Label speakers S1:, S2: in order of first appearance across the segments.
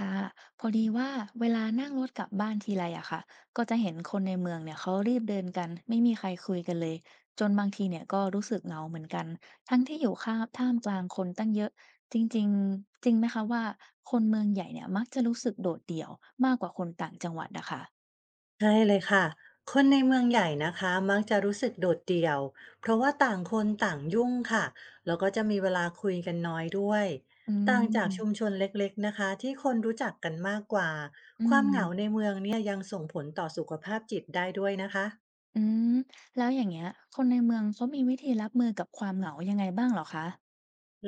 S1: ค่ะพอดีว่าเวลานั่งรถกลับบ้านทีไรอะค่ะก็จะเห็นคนในเมืองเนี่ยเขารีบเดินกันไม่มีใครคุยกันเลยจนบางทีเนี่ยก็รู้สึกเหงาเหมือนกันทั้งที่อยู่ข้าท่ามกลางคนตั้งเยอะจริงๆจริงไหมคะว่าคนเมืองใหญ่เนี่ยมักจะรู้สึกโดดเดี่ยวมากกว่าคนต่างจังหวัดอะค่ะ
S2: ใช่เลยค่ะ คนในเมืองใหญ่นะคะมักจะรู้สึกโดดเดี่ยวเพราะว่าต่างคนต่างยุ่งค่ะแล้วก็จะมีเวลาคุยกันน้อยด้วย
S1: อื
S2: ต่างจากชุม
S1: ม
S2: ชนเล็กๆนะคะที่คนรู้จักกันมากกว่า
S1: อื
S2: ความเหงาใน
S1: ม
S2: เมืองเนี่ยยังส่งผลต่อสุขภาพจิตได้ด้วยนะคะ
S1: อืมแล้วอย่างเงี้ยคนในเมืองเขามีวิธีรับมือกับความเหงายังไงบ้างเหรอคะ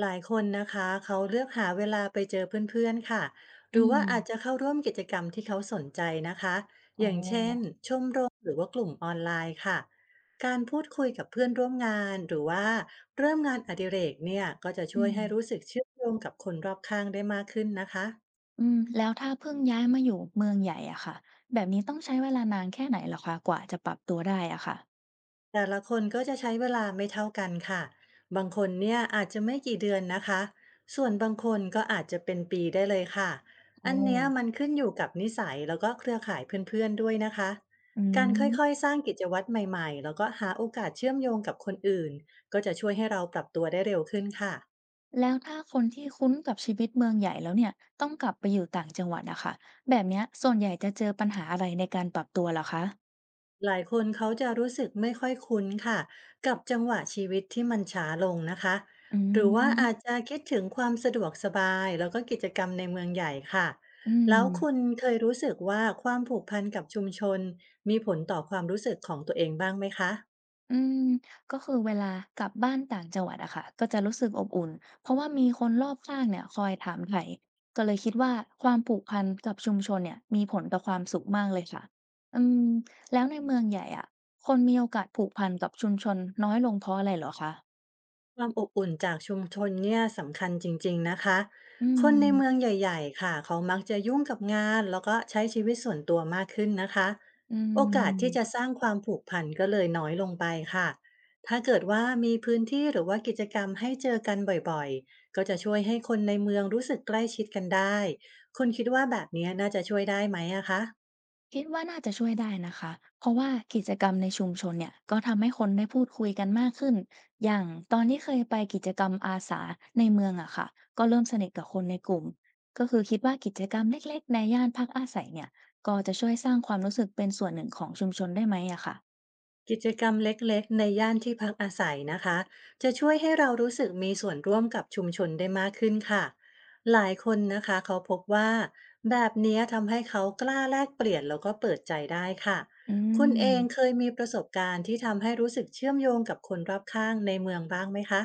S2: หลายคนนะคะเขาเลือกหาเวลาไปเจอเพื่อนๆค่ะห
S1: อื
S2: รือว่าอาจจะ
S1: ม
S2: เข้าร่วมกิจกรรมที่เขาสนใจนะคะ
S1: อ๋อ
S2: อย่างเช่นชมรมหรือว่ากลุ่มออนไลน์ค่ะการพูดคุยกับเพื่อนร่วมงานหรือว่าเริ่มงานอดิเรกเนี่ยก็จะช่
S1: อื
S2: วย
S1: ม
S2: ให้รู้สึกเชื่อมโยงกับคนรอบข้างได้มากขึ้นนะคะ
S1: อืมแล้วถ้าเพิ่งย้ายมาอยู่เมืองใหญ่อะค่ะแบบนี้ต้องใช้เวลานานแค่ไหนเหรอคะกว่าจะปรับตัวได้อะค่ะ
S2: แต่ละคนก็จะใช้เวลาไม่เท่ากันค่ะบางคนเนี่ยอาจจะไม่กี่เดือนนะคะส่วนบางคนก็อาจจะเป็นปีได้เลยค่ะ
S1: โอ้
S2: อันเนี้ยมันขึ้นอยู่กับนิสัยแล้วก็เครือข่ายเพื่อนๆด้วยนะคะ
S1: อื
S2: การค่อย
S1: ม
S2: ๆสร้างกิจวัตรใหม่ๆแล้วก็หาโอกาสเชื่อมโยงกับคนอื่นก็จะช่วยให้เราปรับตัวได้เร็วขึ้นค่ะ
S1: แล้วถ้าคนที่คุ้นกับชีวิตเมืองใหญ่แล้วเนี่ยต้องกลับไปอยู่ต่างจังหวัดอะค่ะแบบเนี้ยส่วนใหญ่จะเจอปัญหาอะไรในการปรับตัวเหรอคะ
S2: หลายคนเขาจะรู้สึกไม่ค่อยคุ้นค่ะกับจังหวะชีวิตที่มันช้าลงนะคะ
S1: อื
S2: หรือว่าอาจ
S1: ม
S2: จะคิดถึงความสะดวกสบายแล้วก็กิจกรรมในเมืองใหญ่ค่ะ
S1: อื
S2: แล้วคุณ
S1: ม
S2: เคยรู้สึกว่าความผูกพันกับชุมชนมีผลต่อความรู้สึกของตัวเองบ้างไหมคะ
S1: อืมก็คือเวลากลับบ้านต่างจังหวัดอะค่ะก็จะรู้สึกอบอุ่นเพราะว่ามีคนรอบข้างเนี่ยคอยถามไถ่ก็เลยคิดว่าความผูกพันกับชุมชนเนี่ยมีผลต่อความสุขมากเลยค่ะอืมแล้วในเมืองใหญ่อะคนมีโอกาสผูกพันกับชุมชนน้อยลงเพราะอะไรเหรอคะ
S2: ความอบอุ่นจากชุมชนเนี่ยสำคัญจริงๆนะคะ
S1: อื
S2: คนในเมือง
S1: ม
S2: ใหญ่ๆค่ะเขามักจะยุ่งกับงานแล้วก็ใช้ชีวิตส่วนตัวมากขึ้นนะคะ
S1: อื
S2: โอกาสที่จะส
S1: ม
S2: ร้างความผูกพันก็เลยน้อยลงไปค่ะถ้าเกิดว่ามีพื้นที่หรือว่ากิจกรรมให้เจอกันบ่อยๆก็จะช่วยให้คนในเมืองรู้สึกใกล้ชิดกันได้คุณคิดว่าแบบเนี้ยน่าจะช่วยได้ไหมอะคะ
S1: คิดว่าน่าจะช่วยได้นะคะเพราะว่ากิจกรรมในชุมชนเนี่ยก็ทำให้คนได้พูดคุยกันมากขึ้น อย่างตอนที่เคยไปกิจกรรมอาสาในเมืองอะค่ะก็เริ่มสนิทกับคนในกลุ่มก็คือคิดว่ากิจกรรมเล็กๆในย่านพักอาศัยเนี่ยก็จะช่วยสร้างความรู้สึกเป็นส่วนหนึ่งของชุมชนได้ไหมอะค่ะ
S2: กิจกรรมเล็กๆ ในย่านที่พักอาศัยนะคะ จะช่วยให้เรารู้สึกมีส่วนร่วมกับชุมชนได้มากขึ้นค่ะ หลายคนนะคะเขาพบว่าแบบเนี้ยทำให้เขากล้าแลกเปลี่ยนแล้วก็เปิดใจได้ค่ะ
S1: อื
S2: คุณเองเค
S1: ม
S2: ยมีประสบการณ์ที่ทำให้รู้สึกเชื่อมโยงกับคนรอบข้างในเมืองบ้างไหมคะ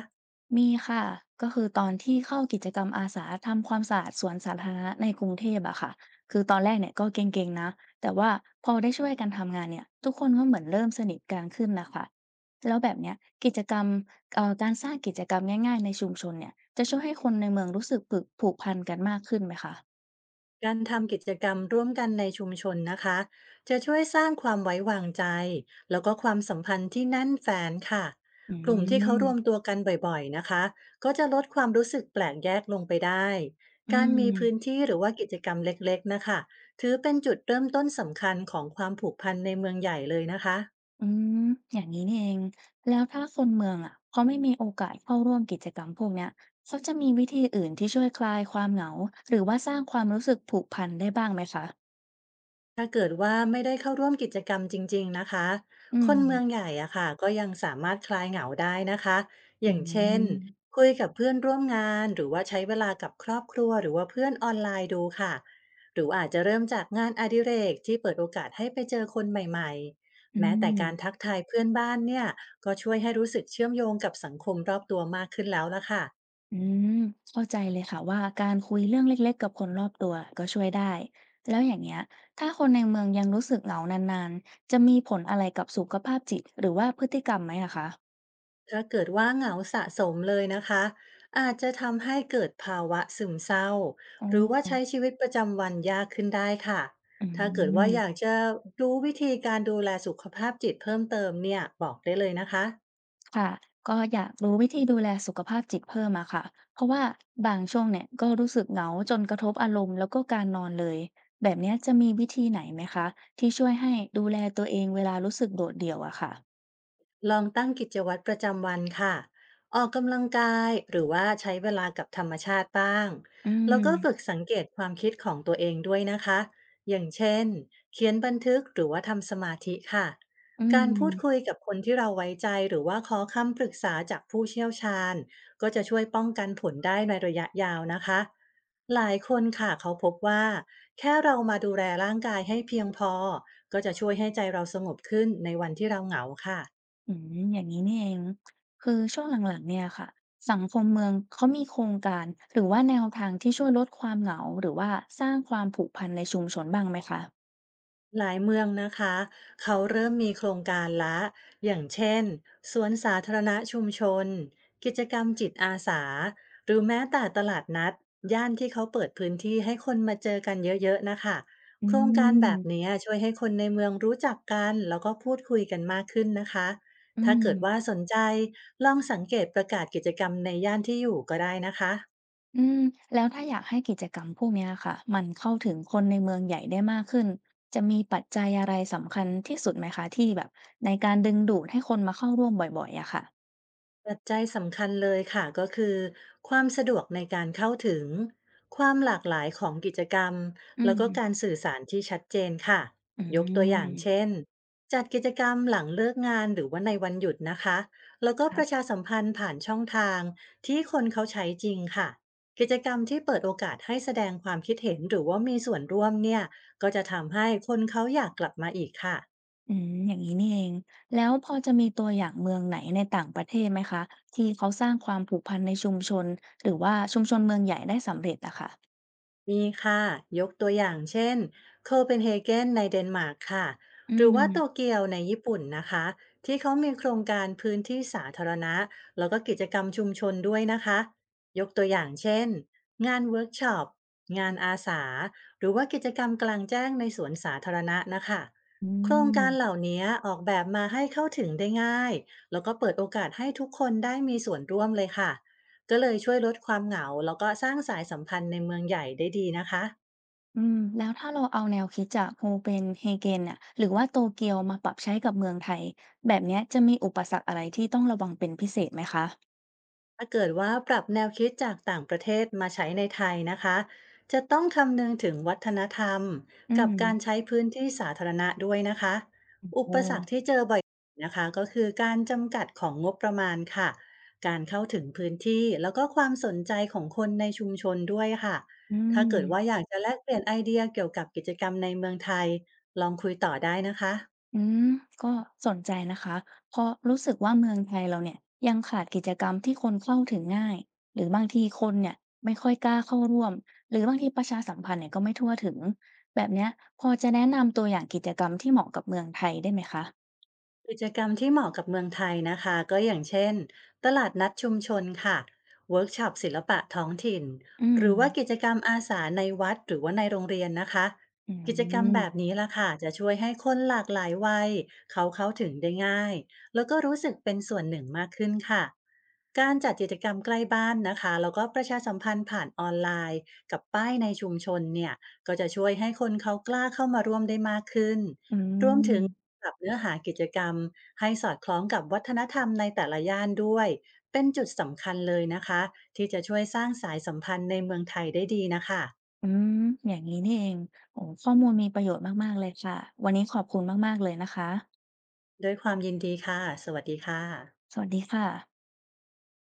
S1: มีค่ะก็คือตอนที่เข้ากิจกรรมอาสาทำความสะอาดสวนสาธารณะในกรุงเทพอะค่ะคือตอนแรกเนี่ยก็เกรงๆนะแต่ว่าพอได้ช่วยกันทำงานเนี่ยทุกคนก็เหมือนเริ่มสนิทกันขึ้นนะคะแล้วแบบเนี้ยกิจกรรมการสร้างกิจกรรมง่ายๆในชุมชนเนี่ยจะช่วยให้คนในเมืองรู้สึกผูกพันกันมากขึ้นไหมคะ
S2: การทำกิจกรรมร่วมกันในชุมชนนะคะจะช่วยสร้างความไว้วางใจแล้วก็ความสัมพันธ์ที่แน่นแฟนค่ะ
S1: อื
S2: กลุ่มที่เขารวมตั
S1: ม
S2: วกันบ่อยๆนะคะก็จะลดความรู้สึกแปลกแยกลงไปได้
S1: อื
S2: การมีพื้น
S1: ม
S2: ที่หรือว่ากิจกรรมเล็กๆนะคะถือเป็นจุดเริ่มต้นสำคัญของความผูกพันในเมืองใหญ่เลยนะคะ
S1: อืมอย่างนี้นี่เองแล้วถ้าคนเมืองอะเขาไม่มีโอกาสเข้าร่วมกิจกรรมพวกเนี้ยเขาจะมีวิธีอื่นที่ช่วยคลายความเหงาหรือว่าสร้างความรู้สึกผูกพันได้บ้างไหมคะ
S2: ถ้าเกิดว่าไม่ได้เข้าร่วมกิจกรรมจริงๆนะคะ
S1: อื
S2: คนเมื
S1: ม
S2: องใหญ่อะค่ะก็ยังสามารถคลายเหงาได้นะคะอ
S1: อื
S2: ย่างเช่
S1: ม
S2: นคุยกับเพื่อนร่วมงานหรือว่าใช้เวลากับครอบครัวหรือว่าเพื่อนออนไลน์ดูค่ะหรืออาจจะเริ่มจากงานอดิเรกที่เปิดโอกาสให้ไปเจอคนใหม่ๆ
S1: อื
S2: แม้แต่
S1: ม
S2: การทักทายเพื่อนบ้านเนี่ยก็ช่วยให้รู้สึกเชื่อมโยงกับสังคมรอบตัวมากขึ้นแล้วละค่ะ
S1: อืมเข้าใจเลยค่ะว่าการคุยเรื่องเล็กๆกับคนรอบตัวก็ช่วยได้ แล้วอย่างเงี้ยถ้าคนในเมืองยังรู้สึกเหงานานๆจะมีผลอะไรกับสุขภาพจิตหรือว่าพฤติกรรมไหมอะคะ
S2: ถ้าเกิดว่าเหงาสะสมเลยนะคะอาจจะทำให้เกิดภาวะซึมเศร้า
S1: อ๋
S2: หรือว่าใช้
S1: อ
S2: ชีวิตประจำวันยากขึ้นได้ค่ะ
S1: อื
S2: ถ้าเกิดว่าอยาก
S1: ม
S2: จะรู้วิธีการดูแลสุขภาพจิตเพิ่มเติมเนี่ยบอกได้เลยนะคะ
S1: ค่ะก็อยากรู้วิธีดูแลสุขภาพจิตเพิ่มอะค่ะเพราะว่าบางช่วงเนี่ยก็รู้สึกเหงาจนกระทบอารมณ์แล้วก็การนอนเลยแบบเนี้ยจะมีวิธีไหนไหมคะที่ช่วยให้ดูแลตัวเองเวลารู้สึกโดดเดี่ยวอะค่ะ
S2: ลองตั้งกิจวัตรประจำวันค่ะ ออกกำลังกายหรือว่าใช้เวลากับธรรมชาติบ้าง
S1: อื
S2: แล้วก็ฝึก
S1: ม
S2: สังเกตความคิดของตัวเองด้วยนะคะอย่างเช่นเขียนบันทึกหรือว่าทำสมาธิค่ะ
S1: อื
S2: การพูดคุย
S1: ม
S2: กับคนที่เราไว้ใจหรือว่าขอคำปรึกษาจากผู้เชี่ยวชาญก็จะช่วยป้องกันผลได้ในระยะยาวนะคะหลายคนค่ะเขาพบว่าแค่เรามาดูแลร่างกายให้เพียงพอก็จะช่วยให้ใจเราสงบขึ้นในวันที่เราเหงาค่ะ
S1: อืมอย่างนี้นี่เองคือช่วงหลังๆเนี่ยค่ะสังคมเมืองเขามีโครงการหรือว่าแนวทางที่ช่วยลดความเหงาหรือว่าสร้างความผูกพันในชุมชนบ้างไหมคะ
S2: หลายเมืองนะคะเขาเริ่มมีโครงการละอย่างเช่นสวนสาธารณะชุมชนกิจกรรมจิตอาสาหรือแม้แต่ตลาดนัดย่านที่เขาเปิดพื้นที่ให้คนมาเจอกันเยอะๆนะคะ
S1: อื
S2: โครงการแบบนี้
S1: ม
S2: ช่วยให้คนในเมืองรู้จักกันแล้วก็พูดคุยกันมากขึ้นนะคะ
S1: อื
S2: ถ้า
S1: ม
S2: เกิดว่าสนใจลองสังเกตประกาศกิจกรรมในย่านที่อยู่ก็ได้นะคะ
S1: อืมแล้วถ้าอยากให้กิจกรรมพวกเนี้ยค่ะมันเข้าถึงคนในเมืองใหญ่ได้มากขึ้นจะมีปัจจัยอะไรสำคัญที่สุดไหมคะที่แบบในการดึงดูดให้คนมาเข้าร่วมบ่อยๆอะค่ะ
S2: ปัจจัยสำคัญเลยค่ะก็คือความสะดวกในการเข้าถึงความหลากหลายของกิจกรรม
S1: อื
S2: แล้วก็การ
S1: ม
S2: สื่อสารที่ชัดเจนค่ะ
S1: อื
S2: ยกตัวอย่างเช่
S1: ม
S2: นจัดกิจกรรมหลังเลิกงานหรือว่าในวันหยุดนะคะแล้วก็ประ
S1: ค่ะ
S2: ชาสัมพันธ์ผ่านช่องทางที่คนเขาใช้จริงค่ะกิจกรรมที่เปิดโอกาสให้แสดงความคิดเห็นหรือว่ามีส่วนร่วมเนี่ยก็จะทำให้คนเขาอยากกลับมาอีกค่ะ
S1: อืมอย่างงี้นี่เองแล้วพอจะมีตัวอย่างเมืองไหนในต่างประเทศไหมคะที่เขาสร้างความผูกพันในชุมชนหรือว่าชุมชนเมืองใหญ่ได้สำเร็จอะค่ะ
S2: มีค่ะยกตัวอย่างเช่นโคเปนเฮเกนในเดนมาร์กค่ะ
S1: อื
S2: หรือว่าโต
S1: ม
S2: เกียวในญี่ปุ่นนะคะที่เขามีโครงการพื้นที่สาธารณะแล้วก็กิจกรรมชุมชนด้วยนะคะยกตัวอย่างเช่นงานเวิร์กช็อปงานอาสาหรือว่ากิจกรรมกลางแจ้งในสวนสาธารณะนะคะ
S1: อื
S2: โครงการเหล่า
S1: ม
S2: นี้ออกแบบมาให้เข้าถึงได้ง่ายแล้วก็เปิดโอกาสให้ทุกคนได้มีส่วนร่วมเลยค่ะ ก็เลยช่วยลดความเหงาแล้วก็สร้างสายสัมพันธ์ในเมืองใหญ่ได้ดีนะคะ
S1: อืมแล้วถ้าเราเอาแนวคิดจาก c ฮเ e n เ a เ e นเนี่ยหรือว่าโตเกียวมาปรับใช้กับเมืองไทยแบบเนี้ยจะมีอุปสรรคอะไรที่ต้องระวังเป็นพิเศษไหมคะ
S2: ถ้าเกิดว่าปรับแนวคิดจากต่างประเทศมาใช้ในไทยนะคะจะต้องคำนึงถึงวัฒนธรรม
S1: อื
S2: กับ
S1: ม
S2: การใช้พื้นที่สาธารณะด้วยนะคะอุป
S1: โอ้
S2: สรรคที่เจอบ่อยนะคะก็คือการจำกัดของงบประมาณค่ะการเข้าถึงพื้นที่แล้วก็ความสนใจของคนในชุมชนด้วยค่ะ
S1: อื
S2: ถ้าเกิดว่าอ
S1: ม
S2: ยากจะแลกเปลี่ยนไอเดียเกี่ยวกับกิจกรรมในเมืองไทยลองคุยต่อได้นะคะ
S1: อืมก็สนใจนะคะเพราะรู้สึกว่าเมืองไทยเราเนี่ยยังขาดกิจกรรมที่คนเข้าถึงง่ายหรือบางทีคนเนี่ยไม่ค่อยกล้าเข้าร่วมหรือบางทีประชาสัมพันธ์เนี่ยก็ไม่ทั่วถึงแบบเนี้ยพอจะแนะนำตัวอย่างกิจกรรมที่เหมาะกับเมืองไทยได้ไหมคะ
S2: กิจกรรมที่เหมาะกับเมืองไทยนะคะก็อย่างเช่นตลาดนัดชุมชนค่ะเวิร์กช็อปศิลปะท้องถิ่น
S1: อื
S2: ห
S1: ม
S2: รือว่ากิจกรรมอาสาในวัดหรือว่าในโรงเรียนนะคะ
S1: อื
S2: กิจกรรม
S1: ม
S2: แบบนี้ล่ะค่ะจะช่วยให้คนหลากหลายวัยเขาเข้าถึงได้ง่ายแล้วก็รู้สึกเป็นส่วนหนึ่งมากขึ้นค่ะการจัดกิจกรรมใกล้บ้านนะคะแล้วก็ประชาสัมพันธ์ผ่านออนไลน์กับป้ายในชุมชนเนี่ยก็จะช่วยให้คนเขากล้าเข้ามาร่วมได้มากขึ้น
S1: อื
S2: ถึง
S1: ม
S2: ปรับเนื้อหากิจกรรมให้สอดคล้องกับวัฒนธรรมในแต่ละย่านด้วยเป็นจุดสำคัญเลยนะคะที่จะช่วยสร้างสายสัมพันธ์ในเมืองไทยได้ดีนะคะ
S1: อืมอย่างนี้นี่เองโอ้ข้อมูลมีประโยชน์มากๆเลยค่ะ วันนี้ขอบคุณมากๆเลยนะคะ
S2: ด้วยความยินดีค่ะสวัสดีค่ะ
S1: สวัสดีค่ะ